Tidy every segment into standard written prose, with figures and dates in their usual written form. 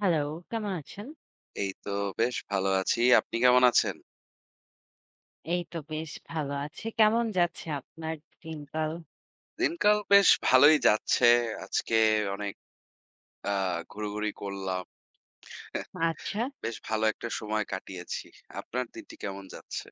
Hello, কেমন আছেন? এই তো বেশ ভালো আছি। আপনি কেমন আছেন? এই তো বেশ ভালো আছি। কেমন যাচ্ছে আপনার দিনকাল? দিনকাল বেশ ভালোই যাচ্ছে। আজকে অনেক আ ঘোরাঘুরি করলাম। আচ্ছা, বেশ ভালো একটা সময় কাটিয়েছি। আপনার দিনটি কেমন যাচ্ছে?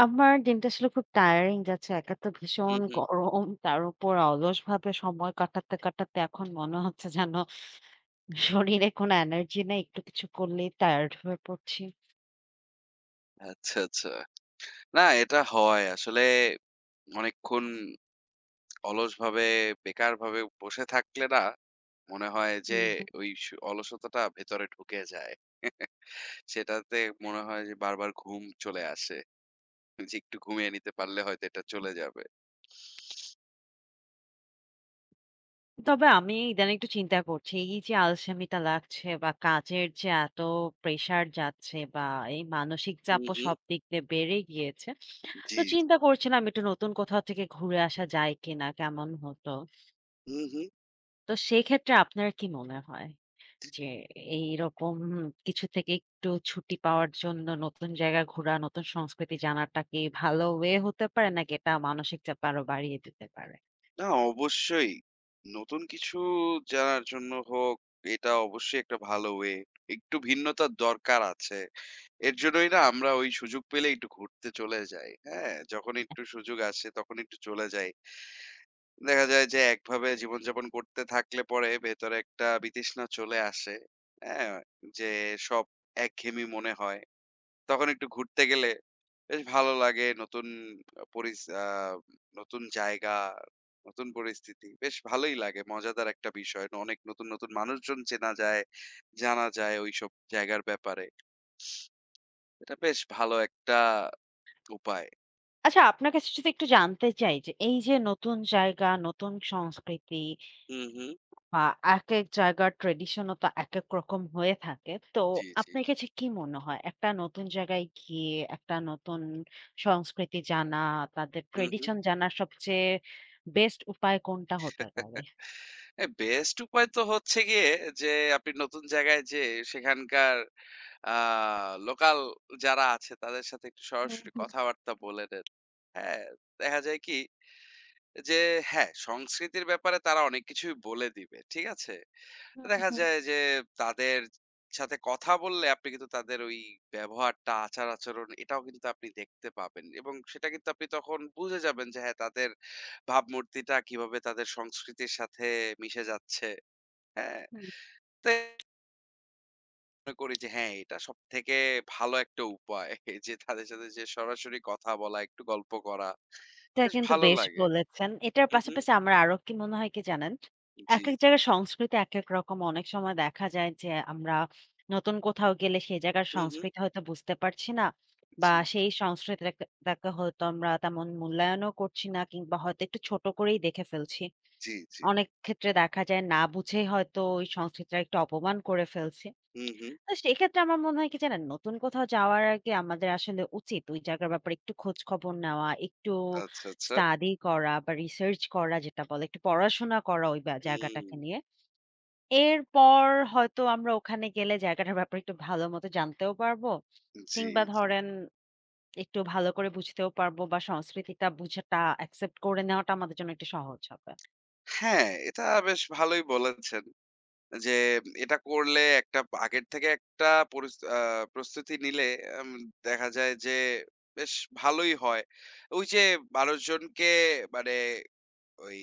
আমার দিনটা আসলে খুব টায়ারিং যাচ্ছে। একা তো হুম, ভীষণ হুম। গরম, তার উপর অলসভাবে সময় কাটাতে, কাটাতে এখন মনে হচ্ছে যেন শরীরে কোনো এনার্জি নেই। একটু কিছু করলেই টায়ার্ড হয়ে পড়ছি। আচ্ছা, আচ্ছা। না এটা হয়। আসলে অনেকক্ষণ অলসভাবে বেকারভাবে বসে থাকলে না মনে হয় যে ওই অলসতাটা ভেতরে ঢুকে যায়। সেটাতে মনে হয় যে বারবার ঘুম চলে আসে। যে একটু ঘুমিয়ে নিতে পারলে হয়তো এটা চলে যাবে। তবে আমি ইদানিং একটু চিন্তা করছি, এই যে আলসেমিটা লাগছে বা কাজের যে এত প্রেশার যাচ্ছে বা এই মানসিক হুম, চাপও হুম। সব দিক দিয়ে বেড়ে গিয়েছে। তো জি, জি। চিন্তা করছিলাম একটু নতুন কোথাও থেকে ঘুরে আসা যায় কিনা? কেমন হতো? হুম, হুম। তো সেক্ষেত্রে আপনার কি মনে হয়? যে এইরকম কিছু থেকে একটু ছুটি পাওয়ার জন্য নতুন জায়গা ঘোরা, নতুন সংস্কৃতি জানাটা কি ভালো ওয়ে হতে পারে? নাকি এটা মানসিক চাপ আরো বাড়িয়ে দিতে পারে? না অবশ্যই। নতুন কিছু জানার জন্য হোক, এটা অবশ্যই একটা ভালো ওয়ে। একটু ভিন্নতার দরকার আছে। এর জন্যই না আমরা ওই সুযোগ পেলে একটু ঘুরতে চলে যাই। হ্যাঁ? যখন একটু সুযোগ আসে তখন একটু চলে যাই। দেখা যায় যে একভাবে জীবনযাপন করতে থাকলে পরে ভেতরে একটা বিতৃষ্ণা চলে আসে। হ্যাঁ? যে সব একঘেয়েমি মনে হয়। তখন একটু ঘুরতে গেলে বেশ ভালো লাগে। নতুন পরিস আ নতুন জায়গা, নতুন পরিস্থিতি। বেশ ভালোই লাগে। মজাদার একটা বিষয়। অনেক নতুন, নতুন মানুষজন চেনা যায়, জানা যায় ওইসব জায়গার ব্যাপারে। এটা বেশ ভালো একটা উপায়। আচ্ছা আপনার কাছে যদি একটু জানতে চাই যে এই যে নতুন জায়গা, নতুন সংস্কৃতি হুম, হুম। বা একেক জায়গার ট্র্যাডিশনও তো একেক রকম হয়ে থাকে। তো জি, জি। আপনার কাছে কি মনে হয় একটা নতুন জায়গায় গিয়ে একটা নতুন সংস্কৃতি জানা, তাদের হুম, হুম। ট্র্যাডিশন জানার সবচেয়ে বেস্ট উপায় কোনটা হতে পারে? এ বেস্ট উপায় তো হচ্ছে গিয়ে যে আপনি নতুন জায়গায় যেয়ে সেখানকার আ লোকাল যারা আছে তাদের সাথে একটু হুম, সরাসরি হুম, কথাবার্তা বলে নেন। হ্যাঁ, দেখা যায় কি যে হ্যাঁ, সংস্কৃতির ব্যাপারে তারা অনেক কিছুই বলে দিবে। ঠিক আছে? হুম, দেখা হুম। যায় যে তাদের সাথে কথা বললে আপনি কিন্তু তাদের ওই ব্যবহারটা, আচার-আচরণ এটাও কিন্তু আপনি দেখতে পাবেন এবং সেটা কিন্তু আপনি তখন বুঝে যাবেন যে হ্যাঁ, তাদের ভাবমূর্তিটা কিভাবে তাদের সংস্কৃতির সাথে মিশে যাচ্ছে। হ্যাঁ? হুম তো মনে করি যে হ্যাঁ, এটা সবথেকে ভালো একটা উপায় যে তাদের সাথে যে সরাসরি কথা বলা, একটু গল্প করা। এটা বেশ কিন্তু ভালো বেশ লাগে। বলেছেন। এটার হুম, হুম। পাশাপাশি আমার আরো কি মনে হয় কি জানেন? জি, একেক জি। জায়গার সংস্কৃতি একেক রকম। অনেক সময় দেখা যায় যে আমরা নতুন কোথাও গেলে সেই জায়গার হুম, হুম। সংস্কৃতি হয়তো বুঝতে পারছি না বা জি, সেই সংস্কৃতিটাকে হয়তো আমরা তেমন মূল্যায়নও করছি না কিংবা হয়তো একটু ছোট করেই দেখে ফেলছি। জি, জি। অনেক ক্ষেত্রে দেখা যায় না বুঝেই হয়তো ওই সংস্কৃতিটার একটু অপমান করে ফেলছি। হুম, হুম। তো সেক্ষেত্রে আমার মনে হয় কি জানেন, নতুন কোথাও যাওয়ার আগে আমাদের আসলে উচিত ওই জায়গার ব্যাপারে একটু খোঁজ খবর নেওয়া, একটু আচ্ছা, আচ্ছা। স্টাডি করা বা রিসার্চ করা যেটা বলে, একটু পড়াশোনা করা ওই হুম। জায়গাটাকে নিয়ে। এরপর হয়তো আমরা ওখানে গেলে জায়গাটার ব্যাপারে একটু ভালো মতো জানতেও পারবো। জি, কিংবা জি। ধরেন একটু ভালো করে বুঝতেও পারবো বা সংস্কৃতিটা বুঝাটা অ্যাকসেপ্ট করে নেওয়াটা আমাদের জন্য একটু সহজ হবে। হ্যাঁ, এটা বেশ ভালোই বলেছেন। যে এটা করলে একটা আগের থেকে একটা পরিস আ প্রস্তুতি নিলে আম দেখা যায় যে বেশ ভালোই হয়। ওই যে মানুষজনকে মানে ওই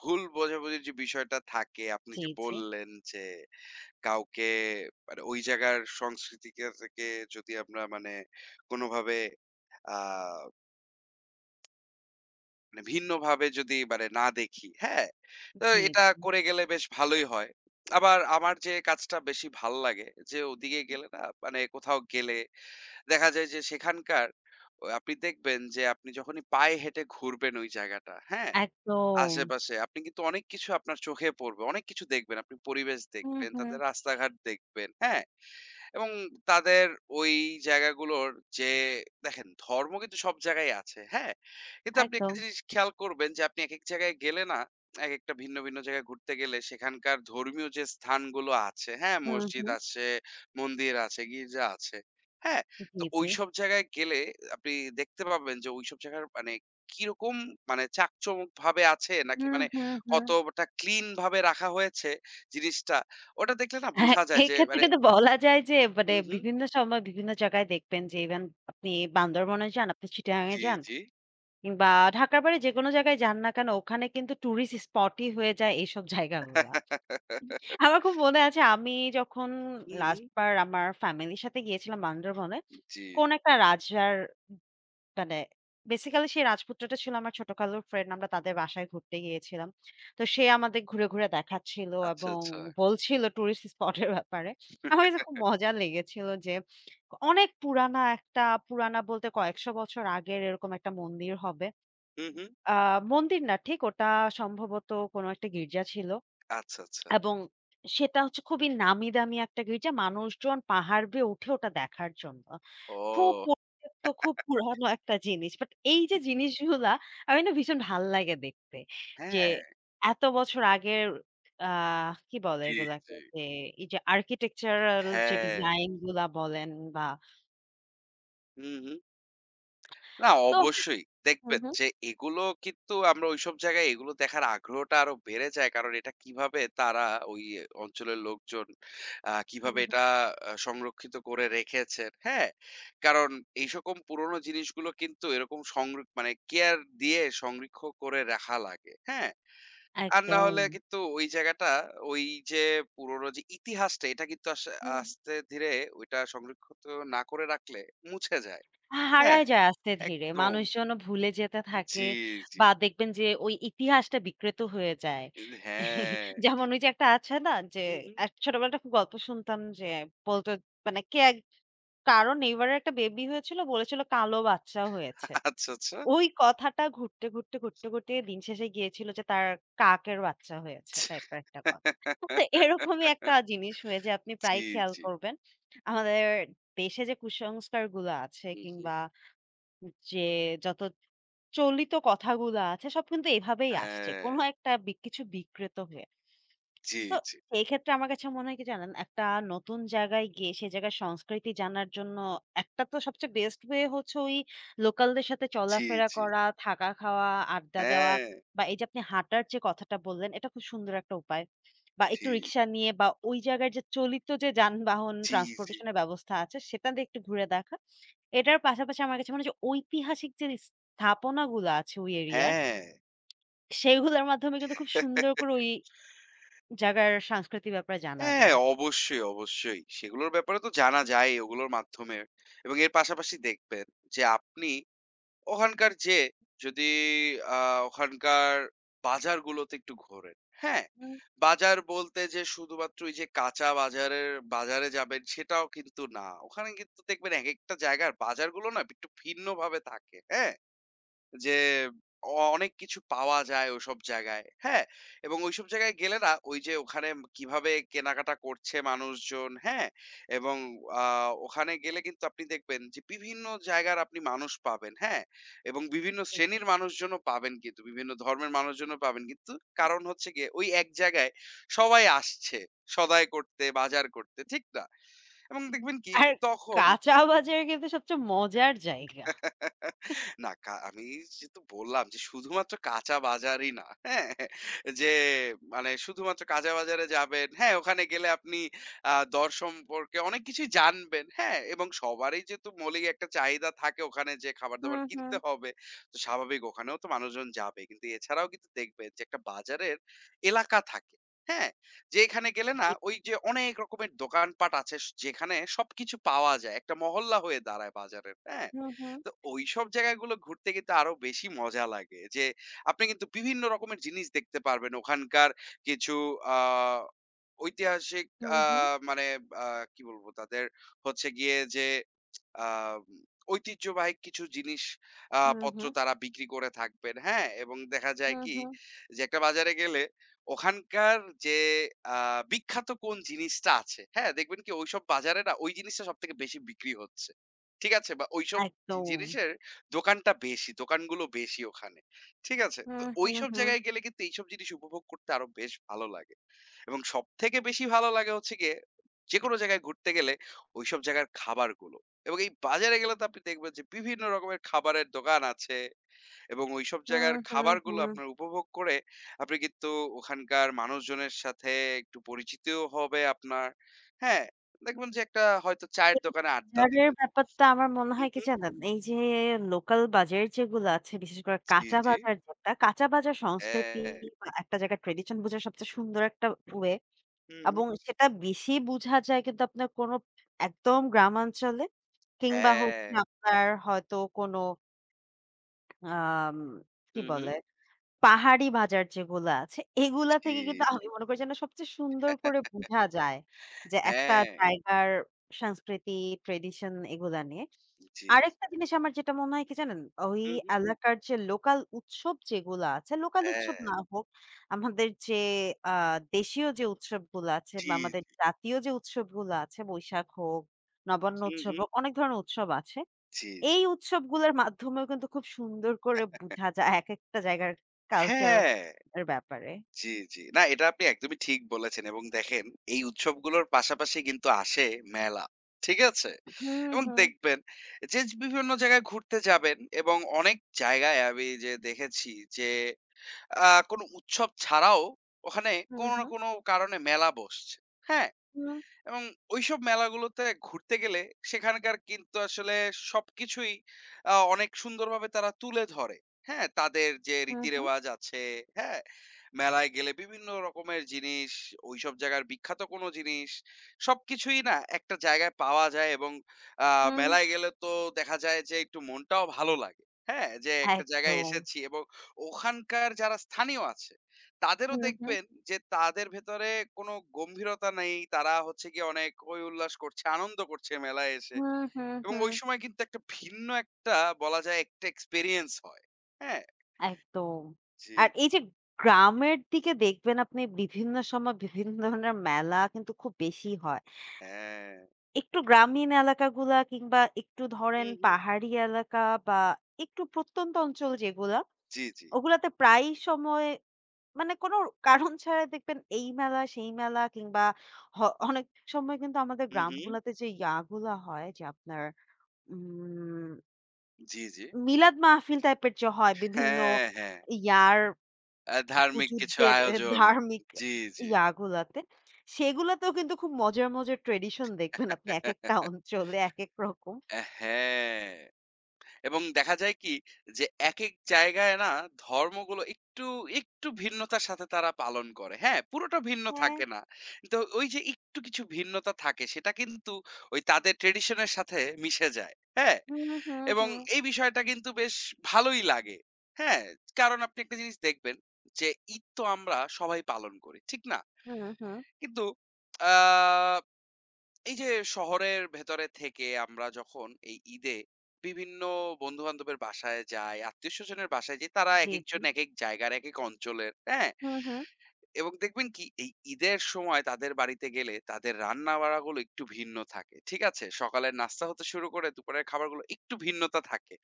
ভুল বোঝাবুঝির যে বিষয়টা থাকে আপনি জি, যে জি, বললেন যে কাউকে মানে ওই জায়গার সংস্কৃতিকে থেকে যদি আমরা মানে কোনোভাবে আ মানে ভিন্নভাবে যদি মানে না দেখি, হ্যাঁ? তো জি। এটা করে গেলে বেশ ভালোই হয়। আবার আমার যে কাজটা বেশি ভাল লাগে যে ওদিকে গেলে না মানে কোথাও গেলে দেখা যায় যে সেখানকার আপনি দেখবেন যে আপনি যখনই পায়ে হেঁটে ঘুরবেন ওই জায়গাটা, হ্যাঁ? একদম। আশেপাশে আপনি কিন্তু অনেক কিছু আপনার চোখে পড়বে। অনেক কিছু দেখবেন। আপনি পরিবেশ হুম, দেখবেন, হুম। তাদের রাস্তাঘাট দেখবেন, হ্যাঁ? এবং তাদের ওই জায়গাগুলোর যে দেখেন ধর্ম কিন্তু সব জায়গায় আছে, হ্যাঁ? কিন্তু আপনি একটা একদম। জিনিস খেয়াল করবেন যে আপনি একেক জায়গায় গেলে না, একেকটা ভিন্ন, ভিন্ন জায়গায় ঘুরতে গেলে সেখানকার ধর্মীয় যে স্থানগুলো আছে, হ্যাঁ? হুম, মসজিদ হুম। আছে, মন্দির আছে, গির্জা আছে, হ্যাঁ? তো জি, জি। ওইসব জায়গায় গেলে আপনি দেখতে পাবেন যে ওইসব জায়গার মানে কিরকম মানে চাকচমকভাবে আছে নাকি হুম, মানে হুম, হুম। কতটা ক্লিন ভাবে রাখা হয়েছে জিনিসটা, ওটা দেখলে না হ্যাঁ, বোঝা যায় যে এক্ষেত্রে মানে কিন্তু বলা যায় যে মানে হুম, হুম। বিভিন্ন সময় বিভিন্ন জায়গায় দেখবেন যে ইভেন আপনি বান্দরবনে যান, আপনি চিটাগাং এ জি, যান জি। কিংবা ঢাকার বাইরে যেকোনো জায়গায় যান না কেন ওখানে কিন্তু টুরিস্ট স্পটই হয়ে যায় এইসব জায়গাগুলা। আমার খুব মনে আছে আমি যখন হুম, হুম। লাস্ট বার আমার ফ্যামিলির সাথে গিয়েছিলাম বান্দরবনে, জি। কোন একটা রাজার মানে বেসিক্যালি সেই রাজপুত্রটা ছিল আমার ছোট কালুর ফ্রেন্ড। আমরা তাদের বাসায় ঘুরতে গিয়েছিলাম। তো সে আমাদের ঘুরে, ঘুরে দেখাচ্ছিল আচ্ছা, এবং আচ্ছা। বলছিল টুরিস্ট স্পট এর ব্যাপারে। আমার কাছে খুব মজা লেগেছিল যে অনেক পুরানা একটা পুরানা বলতে কয়েকশো বছর আগের এরকম একটা মন্দির হবে। হুম, হুম। আ মন্দির না ঠিক ওটা সম্ভবত কোনো একটা গির্জা ছিল। আচ্ছা, আচ্ছা। এবং সেটা হচ্ছে খুবই নামি দামি একটা গির্জা। মানুষজন পাহাড় বেয়ে উঠে ওটা দেখার জন্য। খুব ও! পরিত্যক্ত, খুব পুরানো একটা জিনিস। বাট এই যে জি। জিনিসগুলা আমি না ভীষণ ভাল লাগে দেখতে। যে হ্যাঁ, এত বছর আগের আ কি বলে জি, এগুলাকে? জি। যে এই যে আর্কিটেকচারাল যে হ্যাঁ। ডিজাইন গুলা বলেন বা হুম, হুম। না তো অবশ্যই। হু, দেখবেন হু, যে এগুলো কিন্তু আমরা ঐসব জায়গায় এগুলো দেখার আগ্রহটা আরো বেড়ে যায়। কারণ এটা কিভাবে তারা ওই অঞ্চলের লোকজন হু, কিভাবে হু। এটা সংরক্ষিত করে রেখেছেন। হ্যাঁ? কারণ এইসকম পুরনো জিনিসগুলো কিন্তু এরকম মানে কেয়ার দিয়ে সংরক্ষ করে রাখা লাগে। হ্যাঁ? আর না একদম। হলে কিন্তু ওই জায়গাটা ওই যে পুরোনো যে ইতিহাসটা এটা কিন্তু হুম। আস্তে ধীরে ওইটা সংরক্ষিত না করে রাখলে মুছে যায়। হ্যাঁ, হারায় যায় আস্তে ধীরে। একদম। মানুষজনও ভুলে যেতে থাকে জি, জি। বা দেখবেন যে ওই ইতিহাসটা বিকৃত হয়ে যায়। হ্যাঁ। যেমন ওই যে একটা আছে না যে হুম, হুম। এক ছোটবেলায় একটা খুব গল্প শুনতাম যে বলত মানে কে এক কারো নেইবার এর একটা বেবি হয়েছিল বলেছিল কালো বাচ্চা হয়েছে। আচ্ছা, আচ্ছা। ওই কথাটা ঘুরতে, ঘুরতে, ঘুরতে, ঘুরতে দিন শেষে গিয়েছিল যে তার কাকের বাচ্চা হয়েছে টাইপের একটা কথা। তো এরকমই একটা জিনিস হয়ে যে আপনি জি, প্রায়ই খেয়াল জি। করবেন। আমাদের দেশে যে কুসংস্কারগুলো আছে হুম, হুম। কিংবা যে যত চলিত কথাগুলা আছে সব কিন্তু এভাবেই আসছে। হ্যাঁ। কোনো একটা কিছু বিকৃত হয়ে। জি, তো জি। সেই ক্ষেত্রে আমার কাছে মনে হয় কি জানেন? একটা নতুন জায়গায় গিয়ে সে জায়গার সংস্কৃতি জানার জন্য একটা তো সবচেয়ে বেস্ট ওয়ে হচ্ছে ওই লোকালদের সাথে জি, চলাফেরা জি। করা, থাকা খাওয়া, আড্ডা দেওয়া হ্যাঁ। বা এই যে আপনি হাঁটার যে কথাটা বললেন এটা খুব সুন্দর একটা উপায়। বা জি, একটু রিক্সা নিয়ে বা ওই জায়গার যে চলিত যে যানবাহন জি, জি। ট্রান্সপোর্টেশন এর ব্যবস্থা আছে সেটা দিয়ে একটু ঘুরে দেখা। এটার পাশাপাশি আমার কাছে মনে হয় যে ঐতিহাসিক যে স্থাপনাগুলো আছে ওই এরিয়ার হ্যাঁ। সেগুলোর মাধ্যমে কিন্তু খুব সুন্দর করে ওই জায়গার সাংস্কৃতিক ব্যাপারে জানা হ্যাঁ, যায়। অবশ্যই, অবশ্যই। সেগুলোর ব্যাপারে তো জানা যায় ওগুলোর মাধ্যমে। এবং এর পাশাপাশি দেখবেন যে আপনি ওখানকার যে যদি আ ওখানকার বাজারগুলোতে একটু ঘোরেন, হ্যাঁ? হুম, বাজার বলতে যে শুধুমাত্র ওই যে কাঁচা বাজারের বাজারে যাবেন সেটাও কিন্তু না। ওখানে কিন্তু দেখবেন একেকটা জায়গার বাজারগুলো না একটু ভিন্নভাবে থাকে, হ্যাঁ? যে অনেক কিছু পাওয়া যায় ওইসব জায়গায়। হ্যাঁ? এবং ওইসব জায়গায় গেলে না ওই যে ওখানে কিভাবে কেনাকাটা করছে মানুষজন, হ্যাঁ? এবং আ ওখানে গেলে কিন্তু আপনি দেখবেন যে বিভিন্ন জায়গার আপনি মানুষ পাবেন, হ্যাঁ? এবং বিভিন্ন জি, জি। শ্রেণীর মানুষজনও পাবেন কিন্তু, বিভিন্ন ধর্মের মানুষজনও পাবেন। কিন্তু কারণ হচ্ছে গিয়ে ওই এক জায়গায় সবাই আসছে সদাই করতে, বাজার করতে, ঠিক না? এবং দেখবেন কি আর তখন কাঁচা বাজার কিন্তু সবচেয়ে মজার জায়গা। না আমি যেহেতু বললাম যে শুধুমাত্র কাঁচা বাজারই না, হ্যাঁ? যে মানে শুধুমাত্র কাঁচা বাজারে যাবেন, হ্যাঁ, ওখানে গেলে আপনি দর সম্পর্কে অনেক কিছুই জানবেন, হ্যাঁ? এবং সবারই যেহেতু মৌলিক একটা চাহিদা থাকে ওখানে যে খাবার-দাবার হুম, হুম। কিনতে হবে, তো স্বাভাবিক ওখানেও তো মানুষজন যাবে। কিন্তু এছাড়াও কিন্তু দেখবেন যে একটা বাজারের এলাকা থাকে, হ্যাঁ? যে এখানে গেলে না জি। ওই যে অনেক রকমের দোকানপাট আছে যেখানে সবকিছু পাওয়া যায়। একটা মহল্লা হয়ে দাঁড়ায় বাজারের, হ্যাঁ? হুম, হুম, তো ওইসব জায়গাগুলো ঘুরতে কিন্তু আরো বেশি মজা লাগে যে আপনি কিন্তু বিভিন্ন রকমের জিনিস দেখতে পারবেন ওখানকার কিছু আহ ঐতিহাসিক হুম, হুম, মানে কি বলবো তাদের হচ্ছে গিয়ে যে আহ উম, ঐতিহ্যবাহী কিছু জিনিস হুম, পত্র হুম, তারা বিক্রি করে থাকবেন হ্যাঁ এবং দেখা যায় হুম, কি হুম। যে একটা বাজারে গেলে ওখানকার যে বিখ্যাত কোন জিনিসটা আছে হ্যাঁ দেখবেন কি ওইসব বাজারে না ওই জিনিসটা সব থেকে বেশি বিক্রি হচ্ছে ঠিক আছে বা ওইসব একদম। জিনিসের দোকানটা বেশি, দোকানগুলো বেশি ওখানে। ঠিক আছে? তো হুম, হুম, ওইসব হুম, জায়গায় গেলে কিন্তু এইসব জিনিস উপভোগ করতে আরো বেশ ভালো লাগে। এবং সবথেকে বেশি ভালো লাগে হচ্ছে গিয়ে যেকোনো জায়গায় ঘুরতে গেলে ওইসব জায়গার খাবারগুলো। এবং এই বাজারে গেলে তো আপনি দেখবেন যে বিভিন্ন রকমের খাবারের দোকান আছে এবং ওইসব হুম, জায়গার হুম, খাবারগুলো হুম। আপনার উপভোগ করে আপনি কিন্তু ওখানকার মানুষজনের সাথে একটু পরিচিতও হবে আপনার। হ্যাঁ? দেখবেন যে একটা হয়তো চায়ের এই দোকানে আড্ডা বাজারের দিলেন। ব্যাপারটা আমার মনে হু, হয় কি হু। জানেন? এই যে লোকাল বাজার যেগুলো আছে বিশেষ করে জি, কাঁচা জি। বাজার যেটা, কাঁচা বাজার সংস্কৃতি হ্যাঁ। বা একটা জায়গার ট্র্যাডিশন বোঝার সবচেয়ে সুন্দর একটা ওয়ে হু, হু। এবং সেটা বেশি বুঝা যায় কিন্তু আপনার কোনো একদম গ্রামাঞ্চলে কিংবা হ্যাঁ। হচ্ছে আপনার হয়তো কোনো আম কি হু, হু। বলে? পাহাড়ি বাজার যেগুলা আছে, এগুলা জি, থেকে কিন্তু জি। আমি মনে করি যেন সবচেয়ে সুন্দর করে বোঝা যায় যে একটা হ্যাঁ, জায়গার সংস্কৃতি, ট্র্যাডিশন এগুলা নিয়ে। জি, জি। আরেকটা জিনিস আমার যেটা মনে হয় কি জানেন? ওই হু, হু। এলাকার যে লোকাল উৎসব যেগুলা আছে, লোকাল হ্যাঁ, উৎসব না হোক, আমাদের যে আ দেশীয় যে উৎসবগুলা আছে জি, বা আমাদের জি। জাতীয় যে উৎসবগুলা আছে, বৈশাখ হোক, নবান্ন হু, উৎসব হু। হোক, অনেক ধরনের উৎসব আছে। জি, জি। এই উৎসবগুলোর মাধ্যমেও কিন্তু খুব সুন্দর করে বুঝা যায় একেকটা জায়গার কালচার হ্যাঁ, এর ব্যাপারে। জি, জি। না এটা আপনি একদমই ঠিক বলেছেন এবং দেখেন এই উৎসবগুলোর পাশাপাশি কিন্তু আসে মেলা। ঠিক আছে? হুম, এবং হুম, দেখবেন যে বিভিন্ন জায়গায় ঘুরতে যাবেন এবং অনেক জায়গায় আমি যে দেখেছি যে কোনো উৎসব ছাড়াও ওখানে হুম, কোনো না হুম, কোনো কারণে মেলা বসছে। হ্যাঁ? হুম, এবং ঐসব মেলাগুলোতে ঘুরতে গেলে সেখানকার কিন্তু আসলে সবকিছুই অনেক সুন্দরভাবে তারা তুলে ধরে। হ্যাঁ? তাদের যে হুম, হুম, রীতিরেওয়াজ আছে, হ্যাঁ? মেলায় গেলে বিভিন্ন রকমের জিনিস, ওইসব জায়গার বিখ্যাত কোনো জিনিস সবকিছুই না একটা জায়গায় পাওয়া যায় এবং আ হুম, মেলায় গেলে তো দেখা যায় যে একটু মনটাও ভালো লাগে। হ্যাঁ? যে একটা জায়গায় একদম। এসেছি এবং ওখানকার যারা স্থানীয় আছে তাদেরও হুম, হুম, দেখবেন যে তাদের ভেতরে কোনো গম্ভীরতা নেই। তারা হচ্ছে গিয়ে অনেক হৈ উল্লাস করছে, আনন্দ করছে মেলায় এসে। হুম, হুম, এবং হুম, ওই সময় কিন্তু একটা ভিন্ন একটা বলা যায় একটা এক্সপেরিয়েন্স হয়। হ্যাঁ? একদম। জি, আর এই যে গ্রামের দিকে দেখবেন আপনি বিভিন্ন সময় বিভিন্ন ধরনের মেলা কিন্তু খুব বেশি হয়। হ্যাঁ। একটু গ্রামীণ এলাকাগুলা কিংবা একটু হু, ধরেন হু। পাহাড়ি এলাকা বা একটু প্রত্যন্ত অঞ্চল যেগুলা জি, জি। ওগুলাতে প্রায়ই সময় মানে কোনো কারণ ছাড়াই দেখবেন এই মেলা, সেই মেলা কিংবা হ অনেক সময় কিন্তু আমাদের হু, হু। গ্রামগুলাতে যে ইয়াগুলা হয় যে আপনার উম জি, জি। মিলাদ মাহফিল টাইপের যে হয় বিভিন্ন হ্যাঁ, হ্যাঁ। ইয়ার ধার্মিক কিছু হুজুরদের এ আয়োজন। ধার্মিক জি, জি। ইয়াগুলাতে, সেগুলাতেও কিন্তু খুব মজার, মজার ট্র্যাডিশন দেখবেন আপনি একেকটা অঞ্চলে একেক রকম। হ্যাঁ। এবং দেখা যায় কি যে একেক জায়গায় না ধর্মগুলো একটু একটু ভিন্নতার সাথে তারা পালন করে। হ্যাঁ, পুরোটা ভিন্ন হ্যাঁ। থাকে না। তো ওই যে একটু কিছু ভিন্নতা থাকে সেটা কিন্তু ওই তাদের ট্র্যাডিশন এর সাথে মিশে যায়। হ্যাঁ? হুম, হুম, এবং হুম, এই বিষয়টা কিন্তু বেশ ভালোই লাগে। হ্যাঁ? কারণ আপনি একটা জিনিস দেখবেন যে ঈদ তো আমরা সবাই পালন করি। ঠিক না? হুম, হুম। কিন্তু আ এই যে শহরের ভেতরে থেকে আমরা যখন এই ঈদে বিভিন্ন বন্ধু বান্ধবের বাসায় যাই আত্মীয় স্বজনের বাসায় যাই তারা এক জি, জি। একজন এক এক জায়গার এক এক অঞ্চলের হ্যাঁ হুম, হুম, এবং দেখবেন কি এই ঈদের সময় তাদের বাড়িতে গেলে তাদের রান্না বাড়াগুলো একটু ভিন্ন থাকে ঠিক আছে সকালের নাস্তা হতে শুরু করে দুপুরের খাবারগুলো একটু ভিন্নতা থাকে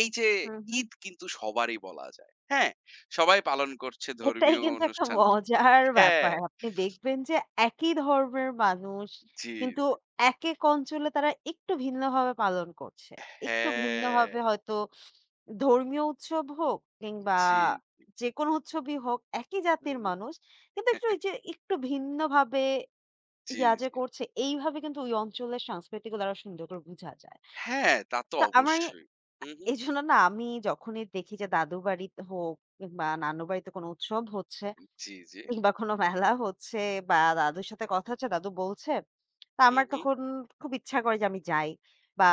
এই যে হুম, হুম। ঈদ কিন্তু সবারই বলা যায় হ্যাঁ সবাই পালন করছে এটাই ধর্মীয় কিন্তু একটা অনুষ্ঠান মজার হ্যাঁ ব্যাপার। আপনি দেখবেন যে একই ধর্মের মানুষ জি কিন্তু জি একেক অঞ্চলে তারা একটু ভিন্নভাবে পালন করছে। একটু হ্যাঁ ভিন্নভাবে হয়তো ধর্মীয় উৎসব হোক কিংবা জি যেকোনো উৎসবই হোক একই জাতির হুম, মানুষ। কিন্তু একটু ওই যে একটু ভিন্নভাবে জি ইয়া যে জি করছে এইভাবে কিন্তু ওই অঞ্চলের সংস্কৃতিগুলো আরো সুন্দর করে বুঝা যায়। হ্যাঁ, তা তো তো আমার অবশ্যই। হুম, হুম। এজন্য না আমি যখনই দেখি যে দাদু বাড়িতে হোক কিংবা নানু বাড়িতে কোনো উৎসব হচ্ছে জি, জি। কিংবা কোনো মেলা হচ্ছে বা দাদুর সাথে কথা হচ্ছে, দাদু বলছে। তো হুম, আমার হুম। তখন খুব ইচ্ছা করে যে আমি যাই। বা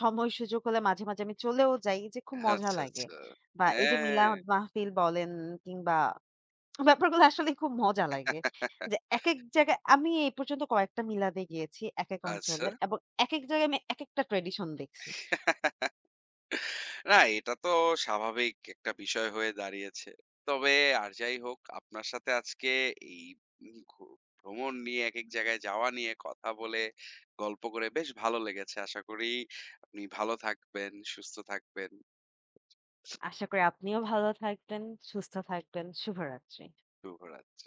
সময় সুযোগ হলে মাঝে, মাঝে আমি চলেও যাই। যে খুব মজা আচ্ছা, লাগে। আচ্ছা। বা এই যে হ্যাঁ। মিলাদ মাহফিল বলেন কিংবা ব্যাপারগুলো আসলেই খুব মজা লাগে। যে একেক জায়গায় আমি এই পর্যন্ত কয়েকটা মিলাদে গিয়েছি একেক আচ্ছা। অঞ্চলের এবং একেক জায়গায় আমি একেকটা ট্র্যাডিশন দেখছি। না এটা তো স্বাভাবিক একটা বিষয় হয়ে দাঁড়িয়েছে। তবে আর যাই হোক আপনার সাথে আজকে এই উম ঘু ভ্রমণ নিয়ে একেক জায়গায় যাওয়া নিয়ে কথা বলে, গল্প করে বেশ ভালো লেগেছে। আশা করি আপনি ভালো থাকবেন, সুস্থ থাকবেন। আশা করি আপনিও ভালো থাকবেন, সুস্থ থাকবেন। শুভরাত্রি। শুভরাত